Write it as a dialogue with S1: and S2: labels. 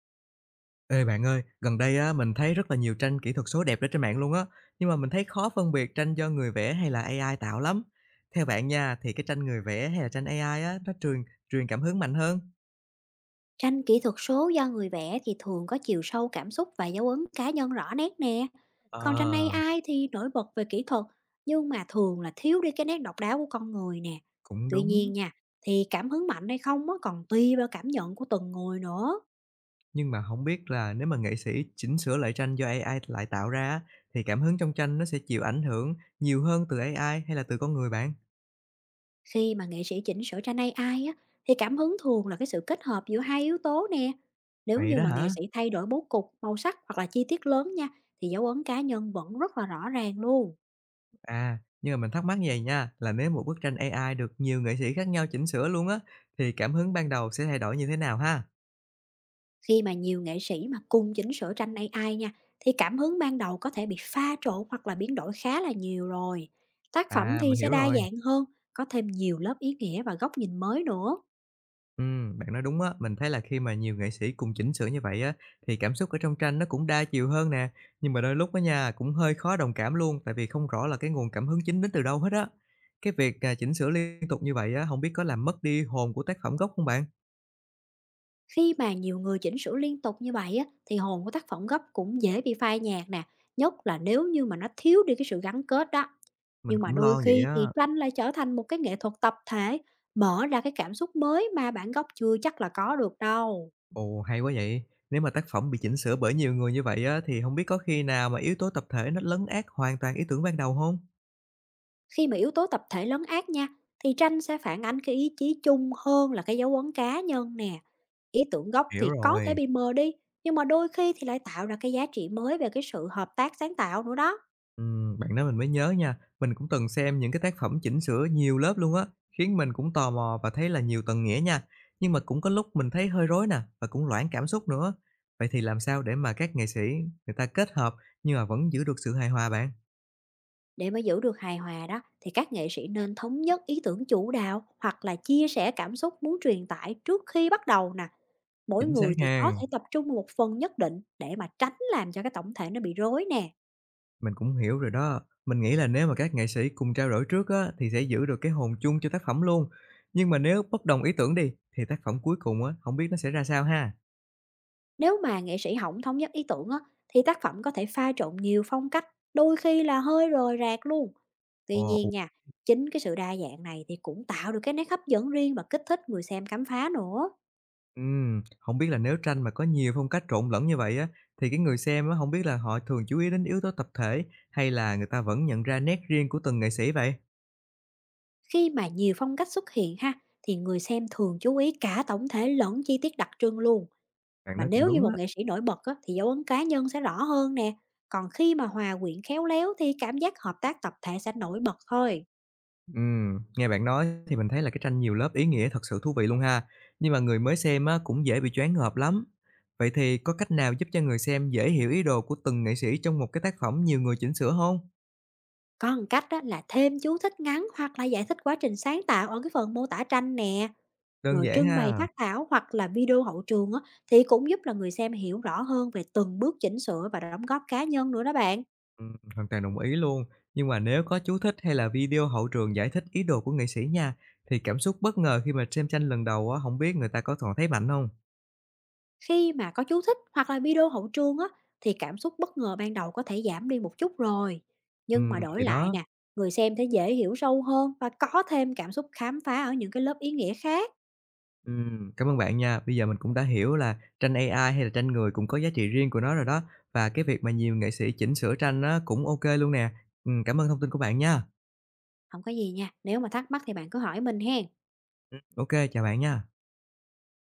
S1: Ê bạn ơi, gần đây á mình thấy rất là nhiều tranh kỹ thuật số đẹp ở trên mạng luôn á, nhưng mà mình thấy khó phân biệt tranh do người vẽ hay là AI tạo lắm. Theo bạn nha, thì cái tranh người vẽ hay là tranh AI á nó truyền truyền cảm hứng mạnh hơn?
S2: Tranh kỹ thuật số do người vẽ thì thường có chiều sâu cảm xúc và dấu ấn cá nhân rõ nét nè. Còn tranh
S1: Ờ,
S2: AI thì nổi bật về kỹ thuật, nhưng mà thường là thiếu đi cái nét độc đáo của con người nè.
S1: cũng
S2: Tuy
S1: đúng,
S2: nhiên nha, thì cảm hứng mạnh hay không á, còn tùy vào cảm nhận của từng người nữa.
S1: nhưng mà không biết là nếu mà nghệ sĩ chỉnh sửa lại tranh do AI lại tạo ra á, thì cảm hứng trong tranh nó sẽ chịu ảnh hưởng nhiều hơn từ AI hay là từ con người bạn?
S2: Khi mà nghệ sĩ chỉnh sửa tranh AI á, thì cảm hứng thường là cái sự kết hợp giữa 2 yếu tố nè. Nếu
S1: Vậy
S2: như
S1: đó
S2: mà nghệ
S1: hả?
S2: sĩ thay đổi bố cục, màu sắc hoặc là chi tiết lớn nha, thì dấu ấn cá nhân vẫn rất là rõ ràng luôn.
S1: À, nhưng mà mình thắc mắc như vầy nha, là nếu một bức tranh AI được nhiều nghệ sĩ khác nhau chỉnh sửa luôn á, thì cảm hứng ban đầu sẽ thay đổi như thế nào ha?
S2: Khi mà nhiều nghệ sĩ mà cùng chỉnh sửa tranh AI nha, thì cảm hứng ban đầu có thể bị pha trộn hoặc là biến đổi khá là nhiều rồi. Tác phẩm
S1: À,
S2: thì
S1: mình
S2: sẽ
S1: hiểu
S2: đa
S1: rồi.
S2: dạng hơn, có thêm nhiều lớp ý nghĩa và góc nhìn mới nữa.
S1: Ừ, bạn nói đúng á, mình thấy là khi mà nhiều nghệ sĩ cùng chỉnh sửa như vậy á, thì cảm xúc ở trong tranh nó cũng đa chiều hơn nè. Nhưng mà đôi lúc á nha, cũng hơi khó đồng cảm luôn, tại vì không rõ là cái nguồn cảm hứng chính đến từ đâu hết á. Cái việc, à, chỉnh sửa liên tục như vậy á, không biết có làm mất đi hồn của tác phẩm gốc không bạn?
S2: Khi mà nhiều người chỉnh sửa liên tục như vậy á, thì hồn của tác phẩm gốc cũng dễ bị phai nhạt nè, nhất là nếu như mà nó thiếu đi cái sự gắn kết đó.
S1: Mình
S2: Nhưng mà
S1: cũng
S2: đôi
S1: lo vậy
S2: khi thì
S1: á.
S2: tranh lại trở thành một cái nghệ thuật tập thể, mở ra cái cảm xúc mới mà bản gốc chưa chắc là có được đâu.
S1: Ồ, hay quá vậy! Nếu mà tác phẩm bị chỉnh sửa bởi nhiều người như vậy á, thì không biết có khi nào mà yếu tố tập thể nó lấn át hoàn toàn ý tưởng ban đầu không?
S2: Khi mà yếu tố tập thể lấn át nha, thì tranh sẽ phản ánh cái ý chí chung hơn là cái dấu ấn cá nhân nè. Ý tưởng gốc
S1: Hiểu
S2: thì có thể
S1: rồi.
S2: bị mờ đi, nhưng mà đôi khi thì lại tạo ra cái giá trị mới về cái sự hợp tác sáng tạo nữa đó.
S1: Bạn nói mình mới nhớ nha, mình cũng từng xem những cái tác phẩm chỉnh sửa nhiều lớp luôn á, khiến mình cũng tò mò và thấy là nhiều tầng nghĩa nha. Nhưng mà cũng có lúc mình thấy hơi rối nè, và cũng loãng cảm xúc nữa. Vậy thì làm sao để mà các nghệ sĩ người ta kết hợp nhưng mà vẫn giữ được sự hài hòa bạn?
S2: Để mà giữ được hài hòa đó, thì các nghệ sĩ nên thống nhất ý tưởng chủ đạo hoặc là chia sẻ cảm xúc muốn truyền tải trước khi bắt đầu nè. Mỗi
S1: Chính xác
S2: người thì có
S1: ha.
S2: thể tập trung vào một phần nhất định để mà tránh làm cho cái tổng thể nó bị rối nè.
S1: Mình cũng hiểu rồi đó. Mình nghĩ là nếu mà các nghệ sĩ cùng trao đổi trước á, thì sẽ giữ được cái hồn chung cho tác phẩm luôn. Nhưng mà nếu bất đồng ý tưởng đi, thì tác phẩm cuối cùng á, không biết nó sẽ ra sao ha.
S2: Nếu mà nghệ sĩ hổng thống nhất ý tưởng á, thì tác phẩm có thể pha trộn nhiều phong cách, đôi khi là hơi rời rạc luôn. Tuy
S1: Ồ,
S2: nhiên nha, chính cái sự đa dạng này thì cũng tạo được cái nét hấp dẫn riêng và kích thích người xem khám phá nữa.
S1: không biết là nếu tranh mà có nhiều phong cách trộn lẫn như vậy á, thì cái người xem á, không biết là họ thường chú ý đến yếu tố tập thể hay là người ta vẫn nhận ra nét riêng của từng nghệ sĩ vậy?
S2: Khi mà nhiều phong cách xuất hiện ha, thì người xem thường chú ý cả tổng thể lẫn chi tiết đặc trưng luôn.
S1: Bạn
S2: Mà
S1: nói cũng
S2: nếu như
S1: đúng
S2: một
S1: á.
S2: nghệ sĩ nổi bật á, thì dấu ấn cá nhân sẽ rõ hơn nè. Còn khi mà hòa quyện khéo léo thì cảm giác hợp tác tập thể sẽ nổi bật thôi.
S1: Nghe bạn nói thì mình thấy là cái tranh nhiều lớp ý nghĩa thật sự thú vị luôn ha. Nhưng mà người mới xem á, cũng dễ bị choáng ngợp lắm. Vậy thì có cách nào giúp cho người xem dễ hiểu ý đồ của từng nghệ sĩ trong một cái tác phẩm nhiều người chỉnh sửa không?
S2: Có một cách đó là thêm chú thích ngắn hoặc là giải thích quá trình sáng tạo ở cái phần mô tả tranh nè.
S1: Đơn
S2: Rồi
S1: giản
S2: trưng bày
S1: ha.
S2: phát thảo hoặc là video hậu trường á, thì cũng giúp là người xem hiểu rõ hơn về từng bước chỉnh sửa và đóng góp cá nhân nữa đó bạn.
S1: Hoàn toàn đồng ý luôn. Nhưng mà nếu có chú thích hay là video hậu trường giải thích ý đồ của nghệ sĩ nha, thì cảm xúc bất ngờ khi mà xem tranh lần đầu á, không biết người ta có còn thấy mạnh không?
S2: Khi mà có chú thích hoặc là video hậu trường á, thì cảm xúc bất ngờ ban đầu có thể giảm đi một chút rồi. Nhưng mà
S1: Thì
S2: đổi lại
S1: đó.
S2: nè, người xem thấy dễ hiểu sâu hơn và có thêm cảm xúc khám phá ở những cái lớp ý nghĩa khác.
S1: Cảm ơn bạn nha. Bây giờ mình cũng đã hiểu là tranh AI hay là tranh người cũng có giá trị riêng của nó rồi đó, và cái việc mà nhiều nghệ sĩ chỉnh sửa tranh nó cũng ok luôn nè. Cảm ơn thông tin của bạn nha.
S2: Không có gì nha, nếu mà thắc mắc thì bạn cứ hỏi mình hen.
S1: Ô chào bạn nha.